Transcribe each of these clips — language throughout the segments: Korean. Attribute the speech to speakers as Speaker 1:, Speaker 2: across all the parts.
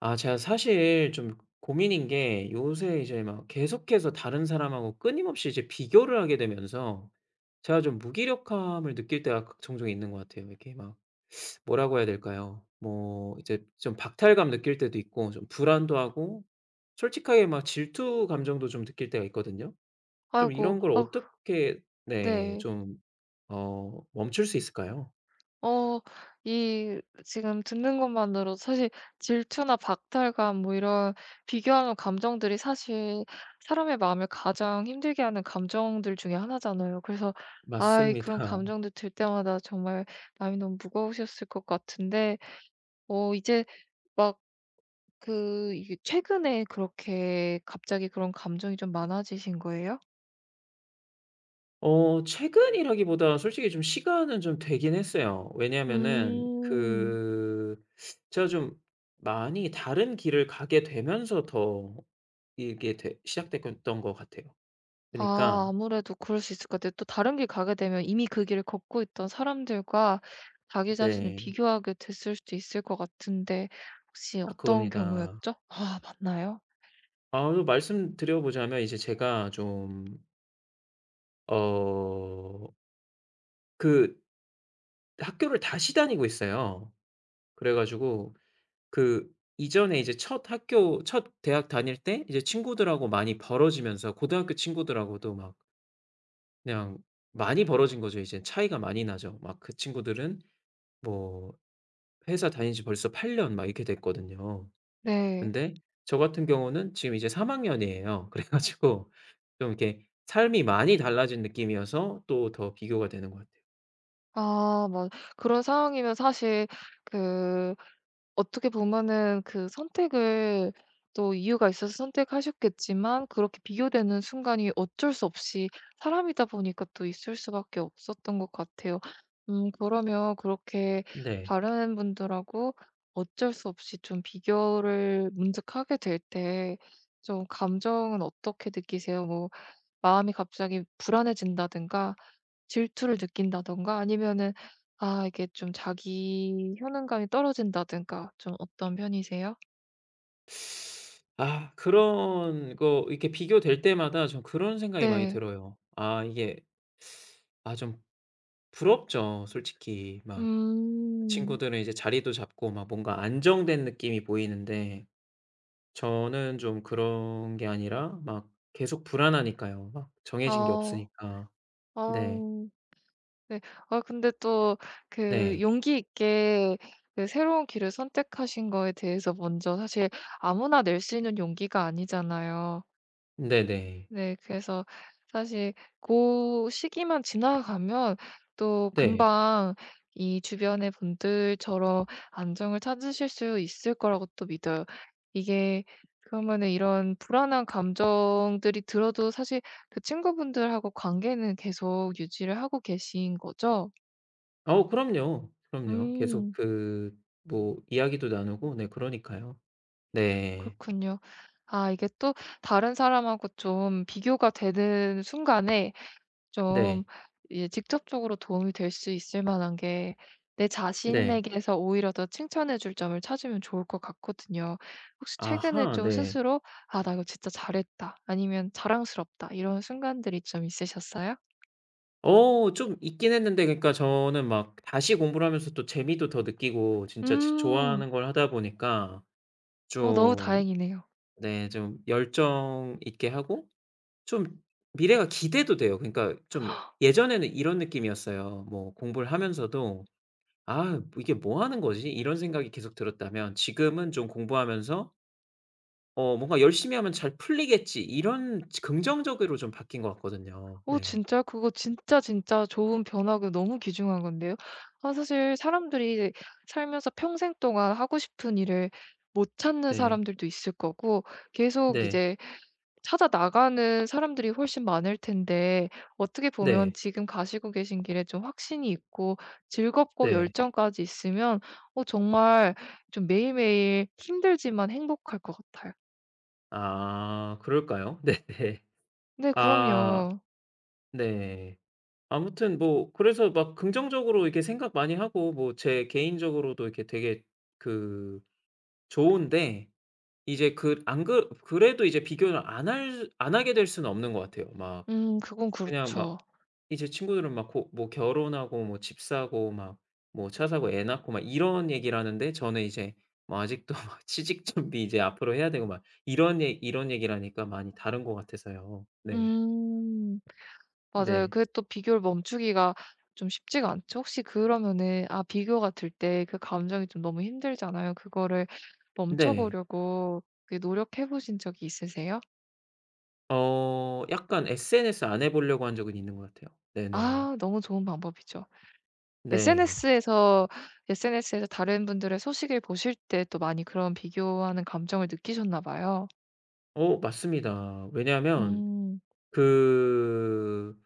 Speaker 1: 아 제가 사실 좀 고민인 게 요새 이제 막 계속해서 다른 사람하고 끊임없이 이제 비교를 하게 되면서 제가 좀 무기력함을 느낄 때가 종종 있는 것 같아요. 이렇게 막 뭐라고 해야 될까요? 뭐 이제 좀 박탈감 느낄 때도 있고 좀 불안도 하고 솔직하게 막 질투 감정도 좀 느낄 때가 있거든요. 좀
Speaker 2: 아이고.
Speaker 1: 이런 걸
Speaker 2: 아
Speaker 1: 어떻게, 네
Speaker 2: 네.
Speaker 1: 좀 멈출 수 있을까요?
Speaker 2: 어 이 지금 듣는 것만으로도 사실 질투나 박탈감 뭐 이런 비교하는 감정들이 사실 사람의 마음을 가장 힘들게 하는 감정들 중에 하나잖아요. 그래서 아이 그런
Speaker 1: 맞습니다.
Speaker 2: 감정들 들 때마다 정말 마음이 너무 무거우셨을 것 같은데 이제 막 그 이게 최근에 그렇게 갑자기 그런 감정이 좀 많아지신 거예요?
Speaker 1: 최근이라기보다 솔직히 좀 시간은 좀 되긴 했어요. 왜냐하면은
Speaker 2: 음.
Speaker 1: 그 제가 좀 많이 다른 길을 가게 되면서 더 이게 되 시작됐던 것 같아요.
Speaker 2: 아
Speaker 1: 그니까
Speaker 2: 아무래도 그럴 수 있을 것 같아요. 또 다른 길 가게 되면 이미 그 길을 걷고 있던 사람들과 자기 자신을
Speaker 1: 네.
Speaker 2: 비교하게 됐을 수도 있을 것 같은데 혹시
Speaker 1: 딱
Speaker 2: 어떤
Speaker 1: 그겁니다.
Speaker 2: 경우였죠? 아 맞나요?
Speaker 1: 아 또 말씀드려 보자면 이제 제가 좀 어 그 학교를 다시 다니고 있어요. 그래 가지고 그 이전에 이제 첫 학교 첫 대학 다닐 때 이제 친구들하고 많이 벌어지면서 고등학교 친구들하고도 막 그냥 많이 벌어진 거죠. 이젠 차이가 많이 나죠. 막 그 친구들은 뭐 회사 다닌 지 벌써 8 년 막 이렇게 됐거든요.
Speaker 2: 네.
Speaker 1: 근데 저 같은 경우는 지금 이제 3 학년이에요. 그래 가지고 좀 이렇게 삶이 많이 달라진 느낌이어서 또 더 비교가 되는 것 같아요.
Speaker 2: 아 맞 그런 상황이면 사실 그 어떻게 보면은 그 선택을 또 이유가 있어서 선택하셨겠지만 그렇게 비교되는 순간이 어쩔 수 없이 사람이다 보니까 또 있을 수밖에 없었던 것 같아요. 그러면 그렇게
Speaker 1: 네.
Speaker 2: 다른 분들하고 어쩔 수 없이 좀 비교를 문득 하게 될 때 좀 감정은 어떻게 느끼세요? 뭐 마음이 갑자기 불안해진다든가 질투를 느낀다든가 아니면은 아 이게 좀 자기 효능감이 떨어진다든가 좀 어떤 편이세요?
Speaker 1: 아 그런 거 이렇게 비교될 때마다 좀 그런 생각이 많이
Speaker 2: 네.
Speaker 1: 들어요. '아 이게.' 아좀 부럽죠 솔직히. 막
Speaker 2: 음.
Speaker 1: 친구들은 이제 자리도 잡고 막 뭔가 안정된 느낌이 보이는데 저는 좀 그런 게 아니라 막 계속 불안하니까요. 막 정해진 게
Speaker 2: 아.
Speaker 1: 없으니까. 네.
Speaker 2: 아 네. 아 근데 또 그
Speaker 1: 네.
Speaker 2: 용기 있게 그 새로운 길을 선택하신 거에 대해서 먼저 사실 아무나 낼 수 있는 용기가 아니잖아요.
Speaker 1: 네네.
Speaker 2: 네. 그래서 사실 그 시기만 지나가면 또
Speaker 1: 네.
Speaker 2: 금방 이 주변의 분들처럼 안정을 찾으실 수 있을 거라고 또 믿어요. 이게 그러면은 이런 불안한 감정들이 들어도 사실 그 친구분들하고 관계는 계속 유지를 하고 계신 거죠?
Speaker 1: 아우 그럼요. 그럼요. 계속
Speaker 2: 음.
Speaker 1: 그 뭐 이야기도 나누고, 네 그러니까요. 네.
Speaker 2: 그렇군요. 아 이게 또 다른 사람하고 좀 비교가 되는 순간에 좀
Speaker 1: 네.
Speaker 2: 이제 직접적으로 도움이 될 수 있을 만한 게 내
Speaker 1: 네.
Speaker 2: 자신에게서 오히려 더 칭찬해 줄 점을 찾으면 좋을 것 같거든요. 혹시 최근에
Speaker 1: 아하
Speaker 2: 좀
Speaker 1: 네.
Speaker 2: 스스로 '아 나 이거 진짜 잘했다.' 아니면 '자랑스럽다.' 이런 순간들이 좀 있으셨어요?
Speaker 1: 좀 있긴 했는데 그러니까 저는 막 다시 공부를 하면서 또 재미도 더 느끼고 진짜 지
Speaker 2: 음.
Speaker 1: 좋아하는 걸 하다 보니까
Speaker 2: 어 너무
Speaker 1: 좀,
Speaker 2: 다행이네요.
Speaker 1: 네 좀 열정 있게 하고 좀 미래가 기대도 돼요. 그러니까 좀 예전에는 이런 느낌이었어요. 뭐 공부를 하면서도 '아 이게 뭐 하는 거지?' 이런 생각이 계속 들었다면 지금은 좀 공부하면서 '어 뭔가 열심히 하면 잘 풀리겠지.' 이런 긍정적으로 좀 바뀐 것 같거든요.
Speaker 2: 어
Speaker 1: 네.
Speaker 2: 진짜요? 그거 진짜, 진짜 좋은 변화고 너무 귀중한 건데요. 아 사실 사람들이 살면서 평생 동안 하고 싶은 일을 못 찾는
Speaker 1: 네.
Speaker 2: 사람들도 있을 거고 계속
Speaker 1: 네.
Speaker 2: 이제 찾아 나가는 사람들이 훨씬 많을 텐데 어떻게 보면
Speaker 1: 네.
Speaker 2: 지금 가시고 계신 길에 좀 확신이 있고 즐겁고
Speaker 1: 네.
Speaker 2: 열정까지 있으면 정말 좀 매일매일 힘들지만 행복할 것 같아요.
Speaker 1: 아 그럴까요? 네네.
Speaker 2: 네
Speaker 1: 아
Speaker 2: 그럼요.
Speaker 1: 네. 아무튼 뭐 그래서 막 긍정적으로 이렇게 생각 많이 하고 뭐 제 개인적으로도 이렇게 되게 그 좋은데, 이제 그 안 그 그래도 이제 비교를 안 하게 될 수는 없는 것 같아요. 막
Speaker 2: 그건
Speaker 1: 그냥 막
Speaker 2: 그렇죠.
Speaker 1: 이제 친구들은 막 고 뭐 결혼하고 뭐 집 사고 막 뭐 차 사고 애 낳고 막 이런 얘기를 하는데 저는 이제 뭐 아직도 막 취직 준비 이제 앞으로 해야 되고 막 이런 얘기를 하니까 많이 다른 것 같아서요. 네.
Speaker 2: 음 맞아요.
Speaker 1: 네.
Speaker 2: 그게 또 비교를 멈추기가 좀 쉽지가 않죠. 혹시 그러면은 아 비교가 들 때 그 감정이 좀 너무 힘들잖아요. 그거를 멈춰
Speaker 1: 네.
Speaker 2: 보려고 그 노력해 보신 적이 있으세요?
Speaker 1: 어 약간 SNS 안 해 보려고 한 적은 있는 것 같아요. 네네.
Speaker 2: 아 너무 좋은 방법이죠.
Speaker 1: 네.
Speaker 2: SNS에서 SNS에서 다른 분들의 소식을 보실 때 또 많이 그런 비교하는 감정을 느끼셨나 봐요.
Speaker 1: 어 맞습니다. 왜냐하면
Speaker 2: 음
Speaker 1: 그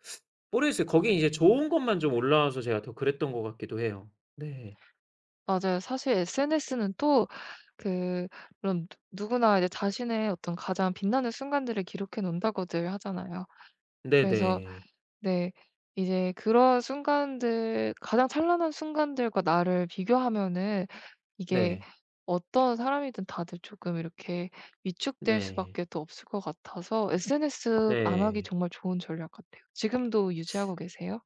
Speaker 1: 모르겠어요. 거기 이제 좋은 것만 좀 올라와서 제가 더 그랬던 것 같기도 해요. 네.
Speaker 2: 맞아요. 사실 SNS는 또 그 물론 누 누구나 이제 자신의 어떤 가장 빛나는 순간들을 기록해 놓는다고들 하잖아요. 그래서
Speaker 1: 네네.
Speaker 2: 네. 이제 그런 순간들 가장 찬란한 순간들과 나를 비교하면은 이게
Speaker 1: 네.
Speaker 2: 어떤 사람이든 다들 조금 이렇게 위축될
Speaker 1: 네.
Speaker 2: 수밖에 또 없을 것 같아서 SNS 안 하기
Speaker 1: 네.
Speaker 2: 정말 좋은 전략 같아요. 지금도 유지하고 계세요?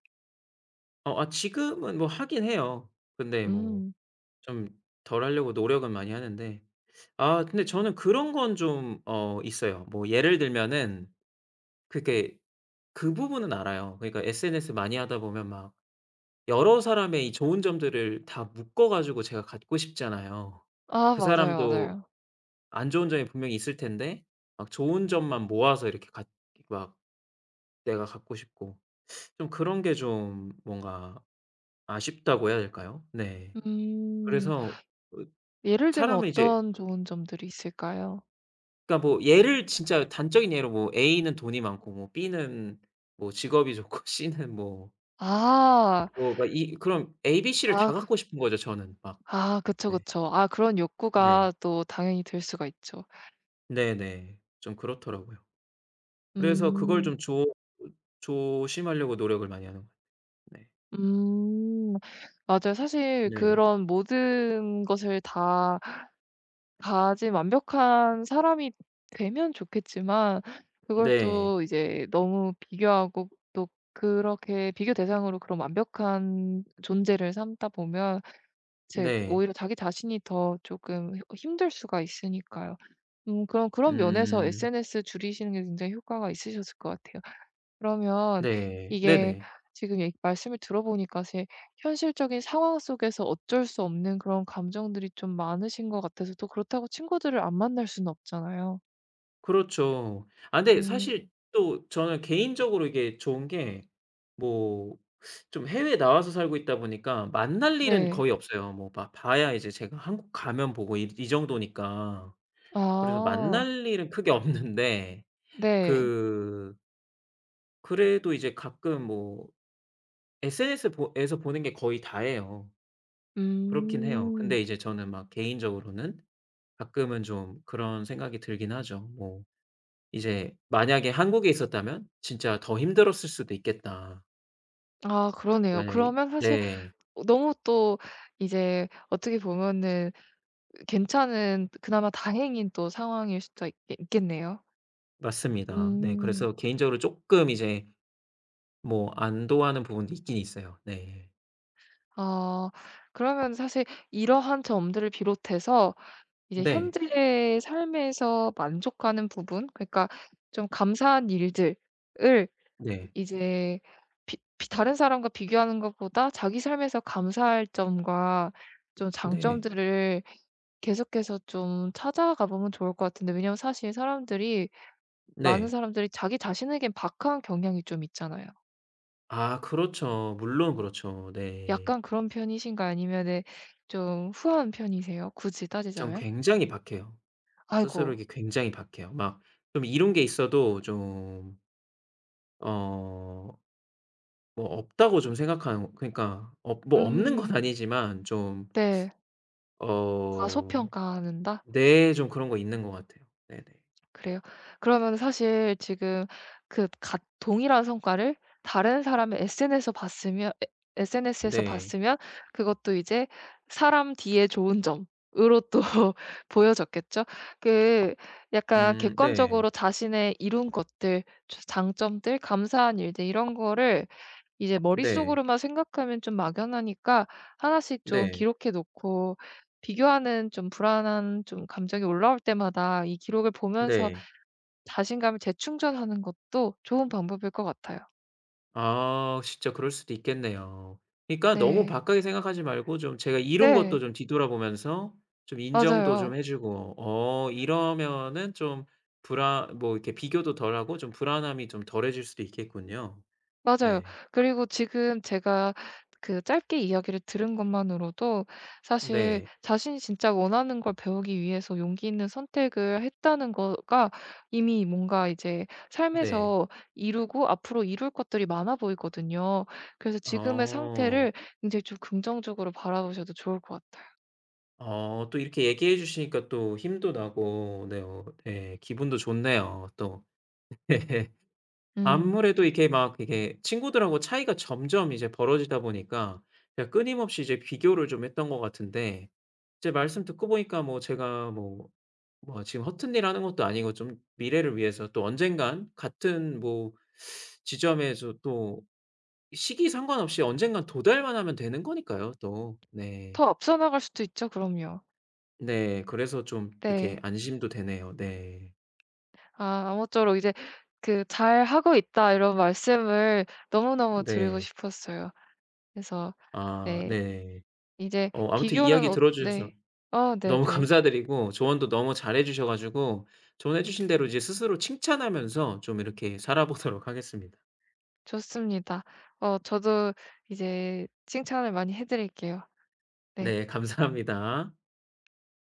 Speaker 1: 어 아 지금은 뭐 하긴 해요. 근데 뭐
Speaker 2: 음.
Speaker 1: 좀 덜 하려고 노력은 많이 하는데, 아 근데 저는 그런 건 좀 어 있어요. 뭐 예를 들면은 그게 그 부분은 알아요. 그러니까 SNS 많이 하다 보면 막 여러 사람의 이 좋은 점들을 다 묶어 가지고 제가 갖고 싶잖아요.
Speaker 2: 아
Speaker 1: 그
Speaker 2: 맞아요,
Speaker 1: 사람도
Speaker 2: 맞아요.
Speaker 1: 안 좋은 점이 분명히 있을 텐데 막 좋은 점만 모아서 이렇게 갖, 막 내가 갖고 싶고 좀 그런 게 좀 뭔가 아쉽다고 해야 될까요? 네.
Speaker 2: 음.
Speaker 1: 그래서 으,
Speaker 2: 예를 들면
Speaker 1: 사람은 이제,
Speaker 2: 어떤 좋은 점들이 있을까요?
Speaker 1: 그러니까 뭐 예를 진짜 단적인 예로 뭐 A는 돈이 많고 뭐 B는 뭐 직업이 좋고 C는 뭐
Speaker 2: 아.
Speaker 1: 뭐 막 이, 그럼 A, B, C를 다
Speaker 2: 아
Speaker 1: 갖고 싶은 거죠, 저는 막.
Speaker 2: 그쵸,
Speaker 1: 네.
Speaker 2: 그쵸. 아 그런
Speaker 1: 네.
Speaker 2: 욕구가 또 당연히 들 수가 있죠.
Speaker 1: 네네. 좀 그렇더라고요. 그래서 그걸
Speaker 2: 음.
Speaker 1: 좀 조 조심하려고 노력을 많이 하는 것 같아요. 네.
Speaker 2: 음 맞아요. 사실
Speaker 1: 네.
Speaker 2: 그런 모든 것을 다 가진 완벽한 사람이 되면 좋겠지만 그걸
Speaker 1: 네.
Speaker 2: 또 이제 너무 비교하고 또 그렇게 비교 대상으로 그런 완벽한 존재를 삼다 보면 제
Speaker 1: 네.
Speaker 2: 오히려 자기 자신이 더 조금 힘들 수가 있으니까요. 그럼 그런 면에서
Speaker 1: 음.
Speaker 2: SNS 줄이시는 게 굉장히 효과가 있으셨을 것 같아요. 그러면
Speaker 1: 네.
Speaker 2: 이게
Speaker 1: 네네.
Speaker 2: 지금 얘 말씀을 들어보니까 제 현실적인 상황 속에서 어쩔 수 없는 그런 감정들이 좀 많으신 것 같아서 또 그렇다고 친구들을 안 만날 수는 없잖아요.
Speaker 1: 그렇죠. 아 근데 사실
Speaker 2: 음.
Speaker 1: 또 저는 개인적으로 이게 좋은 게 뭐 좀 해외에 나와서 살고 있다 보니까 만날 일은
Speaker 2: 네.
Speaker 1: 거의 없어요. 뭐 봐 봐야 이제 제가 한국 가면 보고 이 정도니까. 그래서
Speaker 2: 아.
Speaker 1: 만날 일은 크게 없는데
Speaker 2: 네.
Speaker 1: 그 그래도 이제 가끔 뭐 SNS 보 에서 보는 게 거의 다예요. 그렇긴 해요.
Speaker 2: 음.
Speaker 1: 근데 이제 저는 막 개인적으로는 가끔은 좀 그런 생각이 들긴 하죠. 뭐 이제 만약에 한국에 있었다면 진짜 더 힘들었을 수도 있겠다.
Speaker 2: 아 그러네요.
Speaker 1: 만약에,
Speaker 2: 그러면 사실
Speaker 1: 네.
Speaker 2: 너무 또 이제 어떻게 보면은 괜찮은 그나마 다행인 또 상황일 수도 있겠네요.
Speaker 1: 맞습니다. 네.
Speaker 2: 음.
Speaker 1: 그래서 개인적으로 쪼끔 이제 뭐 안도하는 부분도 있긴 있어요. 네.
Speaker 2: 아 그러면 사실 이러한 점들을 비롯해서 이제
Speaker 1: 네
Speaker 2: 현재의 삶에서 만족하는 부분 그러니까 좀 감사한 일들을
Speaker 1: 네.
Speaker 2: 이제 비 비 다른 사람과 비교하는 것보다 자기 삶에서 감사할 점과 좀
Speaker 1: 네.
Speaker 2: 장점들을 계속해서 좀 찾아가 보면 좋을 것 같은데 왜냐면 사실 사람들이 많은
Speaker 1: 네.
Speaker 2: 사람들이 자기 자신에겐 박한 경향이 좀 있잖아요.
Speaker 1: 아 그렇죠. 물론 그렇죠. 네.
Speaker 2: 약간 그런 편이신가요? 아니면은 좀 후한 편이세요? 굳이
Speaker 1: 전
Speaker 2: 따지자면?
Speaker 1: 굉장히 박해요.
Speaker 2: 아이고.
Speaker 1: 스스로에게 굉장히 박해요. 막 좀 이룬 게 있어도 좀 어 뭐 없다고 좀 생각하는, 그러니까 없 뭐 없는 건
Speaker 2: 음
Speaker 1: 아니지만 좀
Speaker 2: 네.
Speaker 1: 어
Speaker 2: 과소평가한다?
Speaker 1: 네. 좀 그런 거 있는 것 같아요. 네네.
Speaker 2: 그래요? 그러면 사실 지금 그 같 동일한 성과를 다른 사람의 SNS에서
Speaker 1: 네.
Speaker 2: 봤으면 그것도 이제 사람 D의 좋은 점으로 또 보여졌겠죠? 그 약간
Speaker 1: 네.
Speaker 2: 객관적으로 자신의 이룬 것들, 저 장점들, 감사한 일들 이런 거를 이제
Speaker 1: 네.
Speaker 2: 머릿속으로만 생각하면 좀 막연하니까 하나씩 좀
Speaker 1: 네.
Speaker 2: 기록해 놓고 비교하는 좀 불안한 좀 감정이 올라올 때마다 이 기록을 보면서
Speaker 1: 네.
Speaker 2: 자신감을 재충전하는 것도 좋은 방법일 것 같아요.
Speaker 1: 아 진짜 그럴 수도 있겠네요. 그러니까 너무
Speaker 2: 네.
Speaker 1: 박하게 생각하지 말고 좀 제가 이룬 것도
Speaker 2: 네.
Speaker 1: 좀 뒤돌아보면서 좀 인정도 좀
Speaker 2: 맞아요.
Speaker 1: 해 주고 어 이러면은 좀 불안, 뭐 이렇게 비교도 덜하고 좀 불안함이 좀 덜해질 수도 있겠군요.
Speaker 2: 맞아요.
Speaker 1: 네.
Speaker 2: 그리고 지금 제가 그 짧게 이야기를 들은 것만으로도 사실
Speaker 1: 네.
Speaker 2: 자신이 진짜 원하는 걸 배우기 위해서 용기 있는 선택을 했다는 거가 이미 뭔가 이제
Speaker 1: 네.
Speaker 2: 삶에서 이루고 앞으로 이룰 것들이 많아 보이거든요. 그래서 지금의
Speaker 1: 어.
Speaker 2: 상태를 굉장히 좀 긍정적으로 바라보셔도 좋을 것 같아요.
Speaker 1: 어 또 이렇게 얘기해 주시니까 또 힘도 나고 네 어 네, 기분도 좋네요 또.
Speaker 2: 음.
Speaker 1: 아무래도 이렇게 막 이게 친구들하고 차이가 점점 이제 벌어지다 보니까 제가 끊임없이 이제 비교를 좀 했던 것 같은데 이제 말씀 듣고 보니까 뭐 제가 뭐 뭐 지금 허튼 일 하는 것도 아니고 좀 미래를 위해서 또 언젠간 같은 뭐 지점에서 또 시기 상관없이 언젠간 도달만 하면 되는 거니까요 또. 네.
Speaker 2: 더 앞서 나갈 수도 있죠, 그럼요.
Speaker 1: 네. 그래서 좀 이렇게
Speaker 2: 네.
Speaker 1: 안심도 되네요. 네.
Speaker 2: 아, 아무쪼록 이제 그 "잘하고 있다." 이런 말씀을 너무너무 드리고
Speaker 1: 네.
Speaker 2: 싶었어요. 그래서
Speaker 1: 아
Speaker 2: 네.
Speaker 1: 네.
Speaker 2: 이제
Speaker 1: 어 아무튼
Speaker 2: 비교는
Speaker 1: 이야기
Speaker 2: 어
Speaker 1: 들어 주셔서
Speaker 2: 네. 어
Speaker 1: 너무
Speaker 2: 네네.
Speaker 1: 감사드리고 조언도 너무 잘해 주셔 가지고 조언해 주신 대로 이제 스스로 칭찬하면서 좀 이렇게 살아보도록 하겠습니다.
Speaker 2: 좋습니다. 저도 이제 칭찬을 많이 해 드릴게요. 네.
Speaker 1: 네. 감사합니다.